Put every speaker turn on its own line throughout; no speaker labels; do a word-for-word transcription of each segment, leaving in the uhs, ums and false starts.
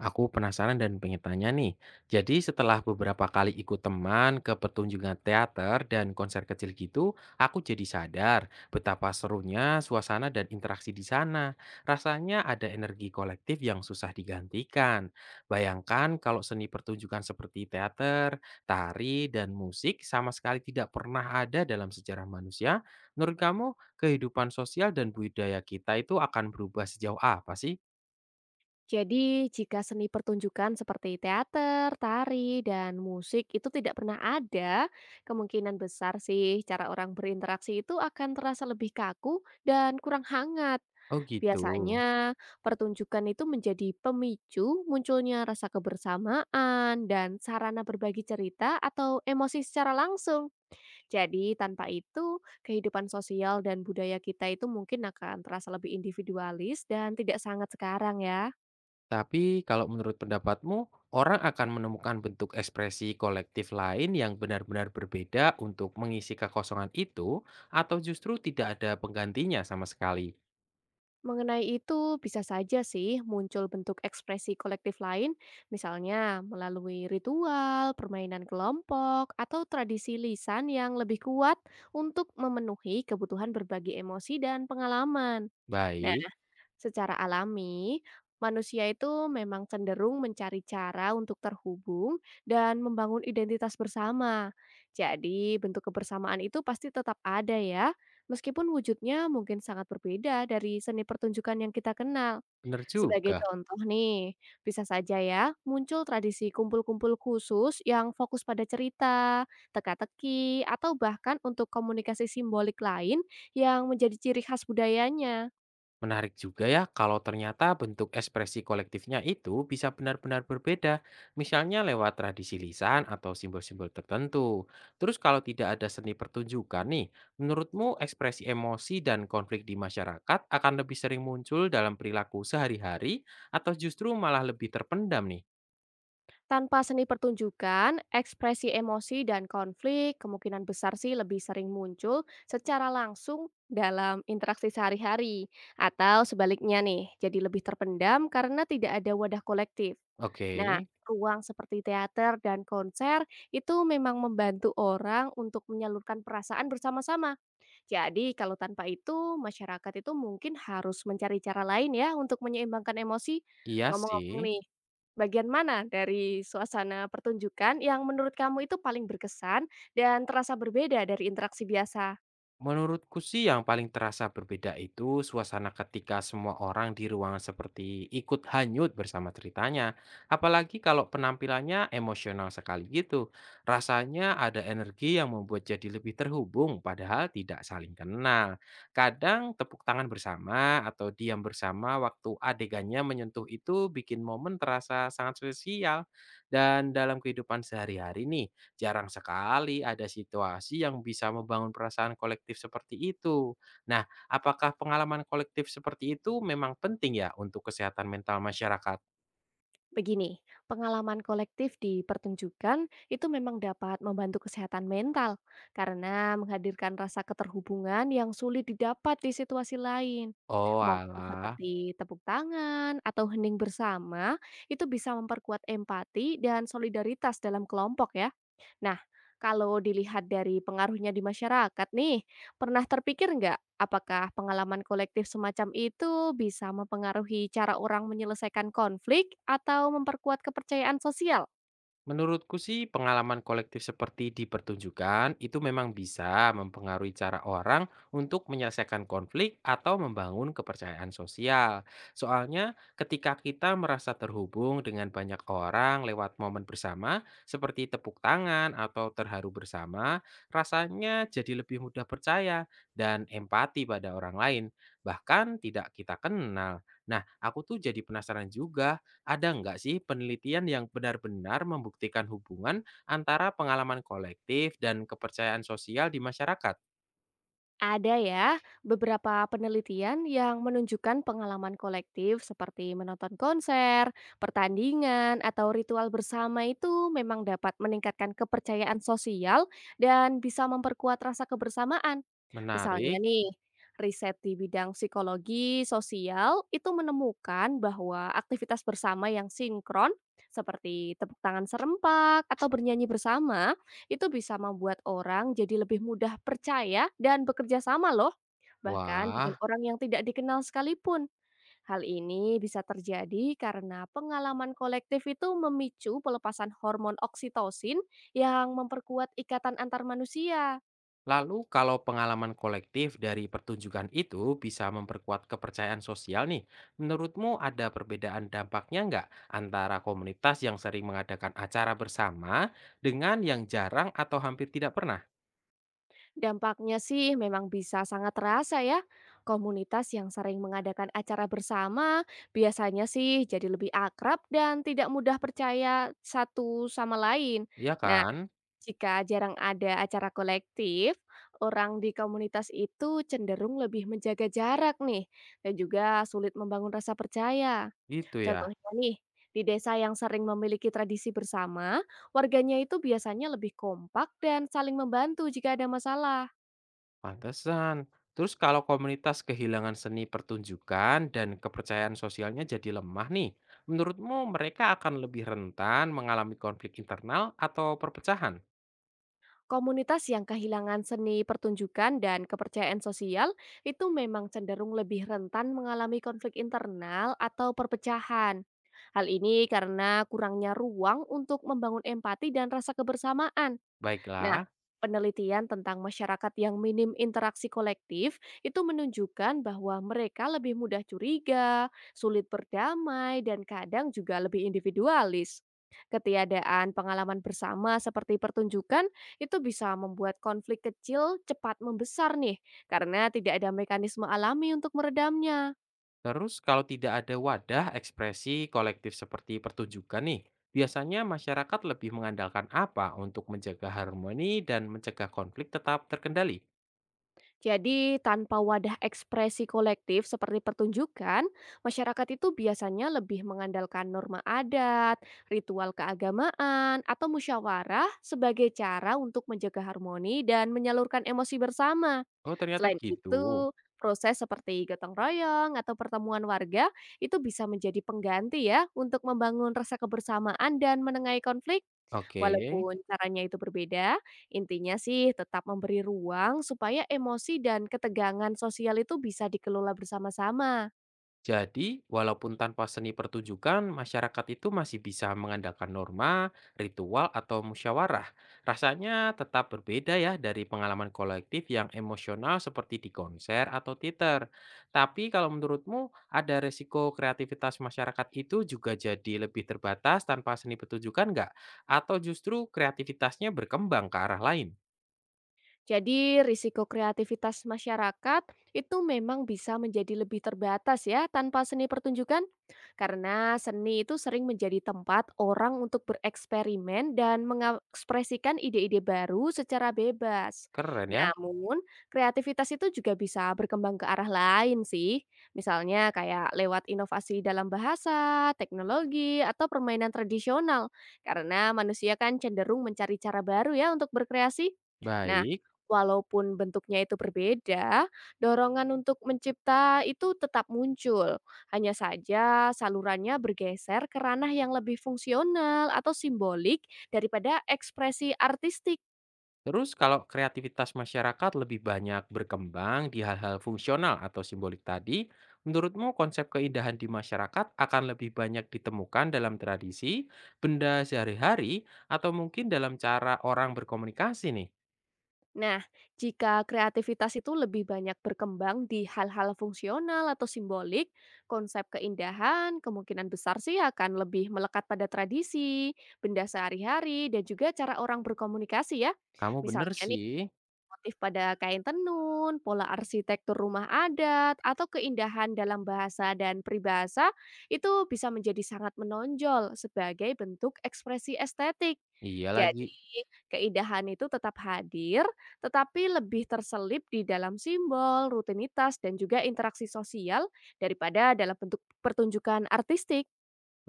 Aku penasaran dan pengen tanya nih. Jadi setelah beberapa kali ikut teman ke pertunjukan teater dan konser kecil gitu, aku jadi sadar betapa serunya suasana dan interaksi di sana. Rasanya ada energi kolektif yang susah digantikan. Bayangkan kalau seni pertunjukan seperti teater, tari, dan musik sama sekali tidak pernah ada dalam sejarah manusia, menurut kamu kehidupan sosial dan budaya kita itu akan berubah sejauh apa sih?
Jadi, jika seni pertunjukan seperti teater, tari, dan musik itu tidak pernah ada, kemungkinan besar sih cara orang berinteraksi itu akan terasa lebih kaku dan kurang hangat.
Oh gitu.
Biasanya, pertunjukan itu menjadi pemicu munculnya rasa kebersamaan dan sarana berbagi cerita atau emosi secara langsung. Jadi, tanpa itu, kehidupan sosial dan budaya kita itu mungkin akan terasa lebih individualis dan tidak sangat sekarang ya.
Tapi kalau menurut pendapatmu, orang akan menemukan bentuk ekspresi kolektif lain yang benar-benar berbeda untuk mengisi kekosongan itu, atau justru tidak ada penggantinya sama sekali?
Mengenai itu, bisa saja sih muncul bentuk ekspresi kolektif lain, misalnya melalui ritual, permainan kelompok, atau tradisi lisan yang lebih kuat untuk memenuhi kebutuhan berbagi emosi dan pengalaman.
Baik,
Secara alami, manusia itu memang cenderung mencari cara untuk terhubung dan membangun identitas bersama. Jadi, bentuk kebersamaan itu pasti tetap ada ya, meskipun wujudnya mungkin sangat berbeda dari seni pertunjukan yang kita kenal.
benar
Sebagai
juga.
contoh nih, bisa saja ya muncul tradisi kumpul-kumpul khusus yang fokus pada cerita, teka-teki, atau bahkan untuk komunikasi simbolik lain yang menjadi ciri khas budayanya.
Menarik juga ya kalau ternyata bentuk ekspresi kolektifnya itu bisa benar-benar berbeda, misalnya lewat tradisi lisan atau simbol-simbol tertentu. Terus kalau tidak ada seni pertunjukan nih, menurutmu ekspresi emosi dan konflik di masyarakat akan lebih sering muncul dalam perilaku sehari-hari atau justru malah lebih terpendam nih?
Tanpa seni pertunjukan, ekspresi emosi dan konflik kemungkinan besar sih lebih sering muncul secara langsung dalam interaksi sehari-hari atau sebaliknya nih, jadi lebih terpendam karena tidak ada wadah kolektif.
Oke,
Nah, ruang seperti teater dan konser itu memang membantu orang untuk menyalurkan perasaan bersama-sama jadi kalau tanpa itu, masyarakat itu mungkin harus mencari cara lain ya untuk menyeimbangkan emosi.
iya sih.
Ngomong-ngomong nih, bagian mana dari suasana pertunjukan yang menurut kamu itu paling berkesan dan terasa berbeda dari interaksi biasa?
Menurutku sih yang paling terasa berbeda itu suasana ketika semua orang di ruangan seperti ikut hanyut bersama ceritanya. Apalagi kalau penampilannya emosional sekali gitu. Rasanya ada energi yang membuat jadi lebih terhubung padahal tidak saling kenal. Kadang tepuk tangan bersama atau diam bersama waktu adegannya menyentuh itu bikin momen terasa sangat spesial. Dan dalam kehidupan sehari-hari nih, jarang sekali ada situasi yang bisa membangun perasaan kolektif seperti itu. Nah, apakah pengalaman kolektif seperti itu memang penting ya untuk kesehatan mental masyarakat?
Begini, pengalaman kolektif di pertunjukan itu memang dapat membantu kesehatan mental karena menghadirkan rasa keterhubungan yang sulit didapat di situasi lain.
Oh,
Momen
alah.
seperti tepuk tangan atau hening bersama itu bisa memperkuat empati dan solidaritas dalam kelompok ya. Nah, kalau dilihat dari pengaruhnya di masyarakat nih, pernah terpikir nggak apakah pengalaman kolektif semacam itu bisa mempengaruhi cara orang menyelesaikan konflik atau memperkuat kepercayaan sosial?
Menurutku sih pengalaman kolektif seperti di pertunjukan itu memang bisa mempengaruhi cara orang untuk menyelesaikan konflik atau membangun kepercayaan sosial. Soalnya ketika kita merasa terhubung dengan banyak orang lewat momen bersama seperti tepuk tangan atau terharu bersama, rasanya jadi lebih mudah percaya dan empati pada orang lain, bahkan tidak kita kenal. Nah, aku tuh jadi penasaran juga, ada nggak sih penelitian yang benar-benar membuktikan hubungan antara pengalaman kolektif dan kepercayaan sosial di masyarakat?
Ada ya, beberapa penelitian yang menunjukkan pengalaman kolektif seperti menonton konser, pertandingan, atau ritual bersama itu memang dapat meningkatkan kepercayaan sosial dan bisa memperkuat rasa kebersamaan. Misalnya
Menarik.
nih, riset di bidang psikologi sosial itu menemukan bahwa aktivitas bersama yang sinkron seperti tepuk tangan serempak atau bernyanyi bersama itu bisa membuat orang jadi lebih mudah percaya dan bekerja sama loh, bahkan dengan
Wah,
orang yang tidak dikenal sekalipun. Hal ini bisa terjadi karena pengalaman kolektif itu memicu pelepasan hormon oksitosin yang memperkuat ikatan antar manusia.
lalu kalau pengalaman kolektif dari pertunjukan itu bisa memperkuat kepercayaan sosial nih, menurutmu ada perbedaan dampaknya nggak antara komunitas yang sering mengadakan acara bersama dengan yang jarang atau hampir tidak pernah?
Dampaknya sih memang bisa sangat terasa ya. Komunitas yang sering mengadakan acara bersama biasanya sih jadi lebih akrab dan tidak mudah percaya satu sama lain.
Ya
Nah,
kan?
jika jarang ada acara kolektif, orang di komunitas itu cenderung lebih menjaga jarak nih, dan juga sulit membangun rasa percaya.
Gitu ya.
Contohnya nih, di desa yang sering memiliki tradisi bersama, warganya itu biasanya lebih kompak dan saling membantu jika ada masalah.
Pantesan. Terus kalau komunitas kehilangan seni pertunjukan dan kepercayaan sosialnya jadi lemah nih, menurutmu mereka akan lebih rentan mengalami konflik internal atau perpecahan?
Komunitas yang kehilangan seni pertunjukan dan kepercayaan sosial itu memang cenderung lebih rentan mengalami konflik internal atau perpecahan. Hal ini karena kurangnya ruang untuk membangun empati dan rasa kebersamaan. Nah,
Baiklah,
penelitian tentang masyarakat yang minim interaksi kolektif itu menunjukkan bahwa mereka lebih mudah curiga, sulit berdamai, dan kadang juga lebih individualis. Ketiadaan pengalaman bersama seperti pertunjukan itu bisa membuat konflik kecil cepat membesar nih, karena tidak ada mekanisme alami untuk meredamnya.
terus kalau tidak ada wadah ekspresi kolektif seperti pertunjukan nih, biasanya masyarakat lebih mengandalkan apa untuk menjaga harmoni dan mencegah konflik tetap terkendali?
Jadi, tanpa wadah ekspresi kolektif seperti pertunjukan, masyarakat itu biasanya lebih mengandalkan norma adat, ritual keagamaan, atau musyawarah sebagai cara untuk menjaga harmoni dan menyalurkan emosi bersama.
Oh, ternyata
Selain
gitu.
itu, proses seperti gotong royong atau pertemuan warga itu bisa menjadi pengganti ya untuk membangun rasa kebersamaan dan menengahi konflik.
Oke.
Walaupun caranya itu berbeda, intinya sih tetap memberi ruang supaya emosi dan ketegangan sosial itu bisa dikelola bersama-sama.
Jadi, walaupun tanpa seni pertunjukan, masyarakat itu masih bisa mengandalkan norma, ritual, atau musyawarah. Rasanya tetap berbeda ya dari pengalaman kolektif yang emosional seperti di konser atau teater. Tapi kalau menurutmu, ada resiko kreativitas masyarakat itu juga jadi lebih terbatas tanpa seni pertunjukan nggak? Atau justru kreativitasnya berkembang ke arah lain?
Jadi risiko kreativitas masyarakat itu memang bisa menjadi lebih terbatas ya tanpa seni pertunjukan karena seni itu sering menjadi tempat orang untuk bereksperimen dan mengekspresikan ide-ide baru secara bebas.
Keren ya.
Namun, kreativitas itu juga bisa berkembang ke arah lain sih. Misalnya kayak lewat inovasi dalam bahasa, teknologi, atau permainan tradisional. Karena manusia kan cenderung mencari cara baru ya untuk berkreasi. Nah,
Baik.
walaupun bentuknya itu berbeda, dorongan untuk mencipta itu tetap muncul. Hanya saja salurannya bergeser ke ranah yang lebih fungsional atau simbolik daripada ekspresi artistik.
Terus kalau kreativitas masyarakat lebih banyak berkembang di hal-hal fungsional atau simbolik tadi, menurutmu konsep keindahan di masyarakat akan lebih banyak ditemukan dalam tradisi, benda sehari-hari, atau mungkin dalam cara orang berkomunikasi nih?
Nah, jika kreativitas itu lebih banyak berkembang di hal-hal fungsional atau simbolik, konsep keindahan kemungkinan besar sih akan lebih melekat pada tradisi, benda sehari-hari, dan juga cara orang berkomunikasi ya.
Kamu bener
Misalnya,
sih.
motif pada kain tenun, pola arsitektur rumah adat, atau keindahan dalam bahasa dan peribahasa itu bisa menjadi sangat menonjol sebagai bentuk ekspresi estetik.
Iya lagi.
Jadi, keindahan itu tetap hadir, tetapi lebih terselip di dalam simbol, rutinitas, dan juga interaksi sosial daripada dalam bentuk pertunjukan artistik.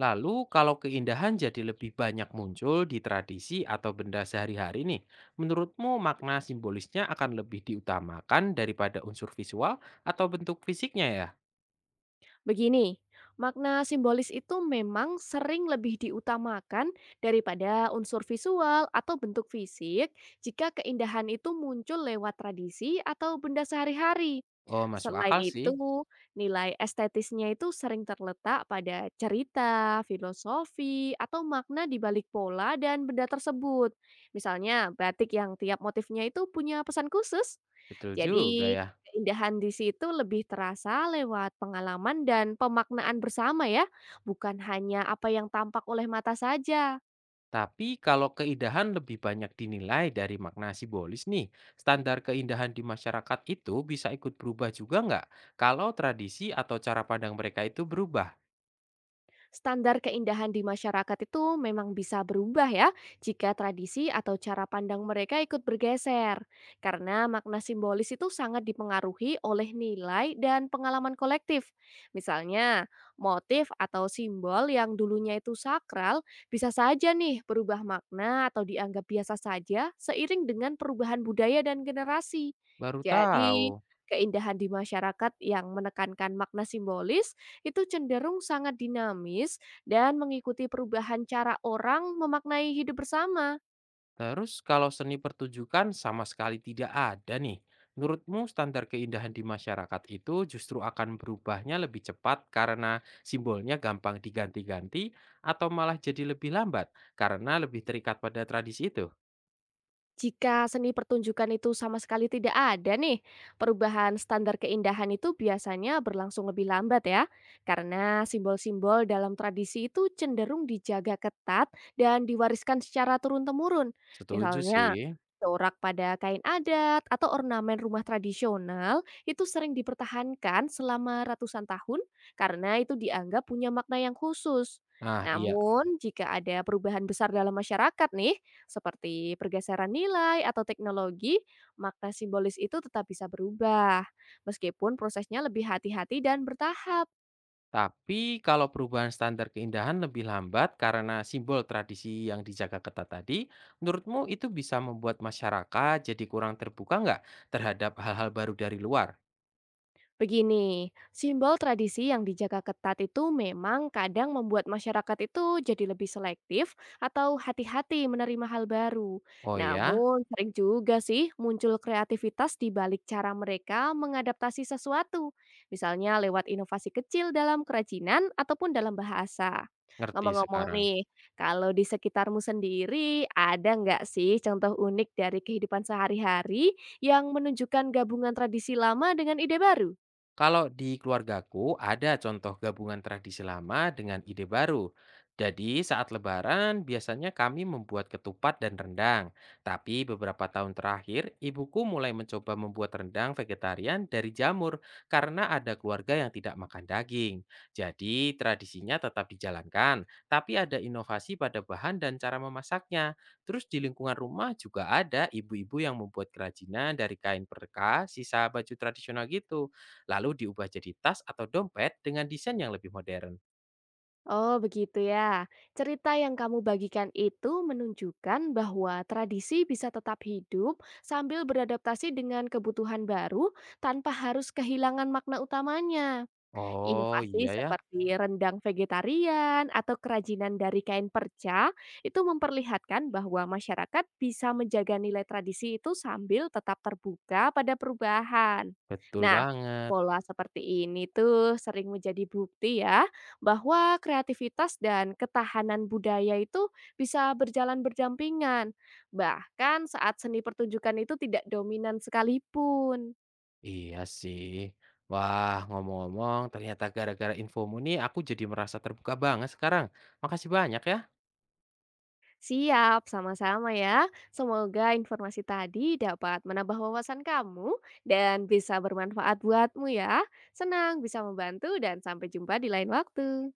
Lalu kalau keindahan jadi lebih banyak muncul di tradisi atau benda sehari-hari nih, menurutmu makna simbolisnya akan lebih diutamakan daripada unsur visual atau bentuk fisiknya ya?
Begini, makna simbolis itu memang sering lebih diutamakan daripada unsur visual atau bentuk fisik jika keindahan itu muncul lewat tradisi atau benda sehari-hari.
Oh, masuk
Selain
akal sih.
itu, nilai estetisnya itu sering terletak pada cerita, filosofi, atau makna di balik pola dan benda tersebut. Misalnya, batik yang tiap motifnya itu punya pesan khusus.
Betul juga
Jadi,
ya.
keindahan di situ lebih terasa lewat pengalaman dan pemaknaan bersama ya, bukan hanya apa yang tampak oleh mata saja.
Tapi kalau keindahan lebih banyak dinilai dari makna simbolis nih, standar keindahan di masyarakat itu bisa ikut berubah juga nggak? Kalau tradisi atau cara pandang mereka itu berubah?
Standar keindahan di masyarakat itu memang bisa berubah ya jika tradisi atau cara pandang mereka ikut bergeser. Karena makna simbolis itu sangat dipengaruhi oleh nilai dan pengalaman kolektif. Misalnya, motif atau simbol yang dulunya itu sakral bisa saja nih berubah makna atau dianggap biasa saja seiring dengan perubahan budaya dan generasi.
Baru
Jadi,
tahu.
keindahan di masyarakat yang menekankan makna simbolis itu cenderung sangat dinamis dan mengikuti perubahan cara orang memaknai hidup bersama.
Terus kalau seni pertunjukan sama sekali tidak ada nih, menurutmu standar keindahan di masyarakat itu justru akan berubahnya lebih cepat karena simbolnya gampang diganti-ganti atau malah jadi lebih lambat karena lebih terikat pada tradisi itu?
Jika seni pertunjukan itu sama sekali tidak ada nih, perubahan standar keindahan itu biasanya berlangsung lebih lambat ya, karena simbol-simbol dalam tradisi itu cenderung dijaga ketat dan diwariskan secara turun-temurun.
Setuju sih.
Misalnya, corak pada kain adat atau ornamen rumah tradisional itu sering dipertahankan selama ratusan tahun karena itu dianggap punya makna yang khusus.
Nah, iya.
Namun, jika ada perubahan besar dalam masyarakat nih, seperti pergeseran nilai atau teknologi, makna simbolis itu tetap bisa berubah, meskipun prosesnya lebih hati-hati dan bertahap.
Tapi kalau perubahan standar keindahan lebih lambat karena simbol tradisi yang dijaga ketat tadi, menurutmu itu bisa membuat masyarakat jadi kurang terbuka nggak terhadap hal-hal baru dari luar?
Begini, simbol tradisi yang dijaga ketat itu memang kadang membuat masyarakat itu jadi lebih selektif atau hati-hati menerima hal baru.
Oh ya,
Namun, sering juga sih muncul kreativitas di balik cara mereka mengadaptasi sesuatu, misalnya lewat inovasi kecil dalam kerajinan ataupun dalam bahasa.
ngerti
Ngomong-ngomong
sekarang.
nih, kalau di sekitarmu sendiri ada nggak sih contoh unik dari kehidupan sehari-hari yang menunjukkan gabungan tradisi lama dengan ide baru?
Kalau di keluargaku ada contoh gabungan tradisi lama dengan ide baru. Jadi saat lebaran biasanya kami membuat ketupat dan rendang. Tapi beberapa tahun terakhir ibuku mulai mencoba membuat rendang vegetarian dari jamur karena ada keluarga yang tidak makan daging. Jadi tradisinya tetap dijalankan, tapi ada inovasi pada bahan dan cara memasaknya. Terus di lingkungan rumah juga ada ibu-ibu yang membuat kerajinan dari kain perca, sisa baju tradisional gitu lalu diubah jadi tas atau dompet dengan desain yang lebih modern.
Oh, begitu ya. Cerita yang kamu bagikan itu menunjukkan bahwa tradisi bisa tetap hidup sambil beradaptasi dengan kebutuhan baru tanpa harus kehilangan makna utamanya.
Oh
Inovasi
iya ya,
seperti rendang vegetarian atau kerajinan dari kain perca itu memperlihatkan bahwa masyarakat bisa menjaga nilai tradisi itu sambil tetap terbuka pada perubahan.
betul
Nah,
banget.
pola seperti ini tuh sering menjadi bukti ya bahwa kreativitas dan ketahanan budaya itu bisa berjalan berdampingan, bahkan saat seni pertunjukan itu tidak dominan sekalipun.
Iya sih. Wah, ngomong-ngomong, ternyata gara-gara infomu nih aku jadi merasa terbuka banget sekarang. Makasih banyak ya.
Siap, sama-sama ya. Semoga informasi tadi dapat menambah wawasan kamu dan bisa bermanfaat buatmu ya. Senang bisa membantu dan sampai jumpa di lain waktu.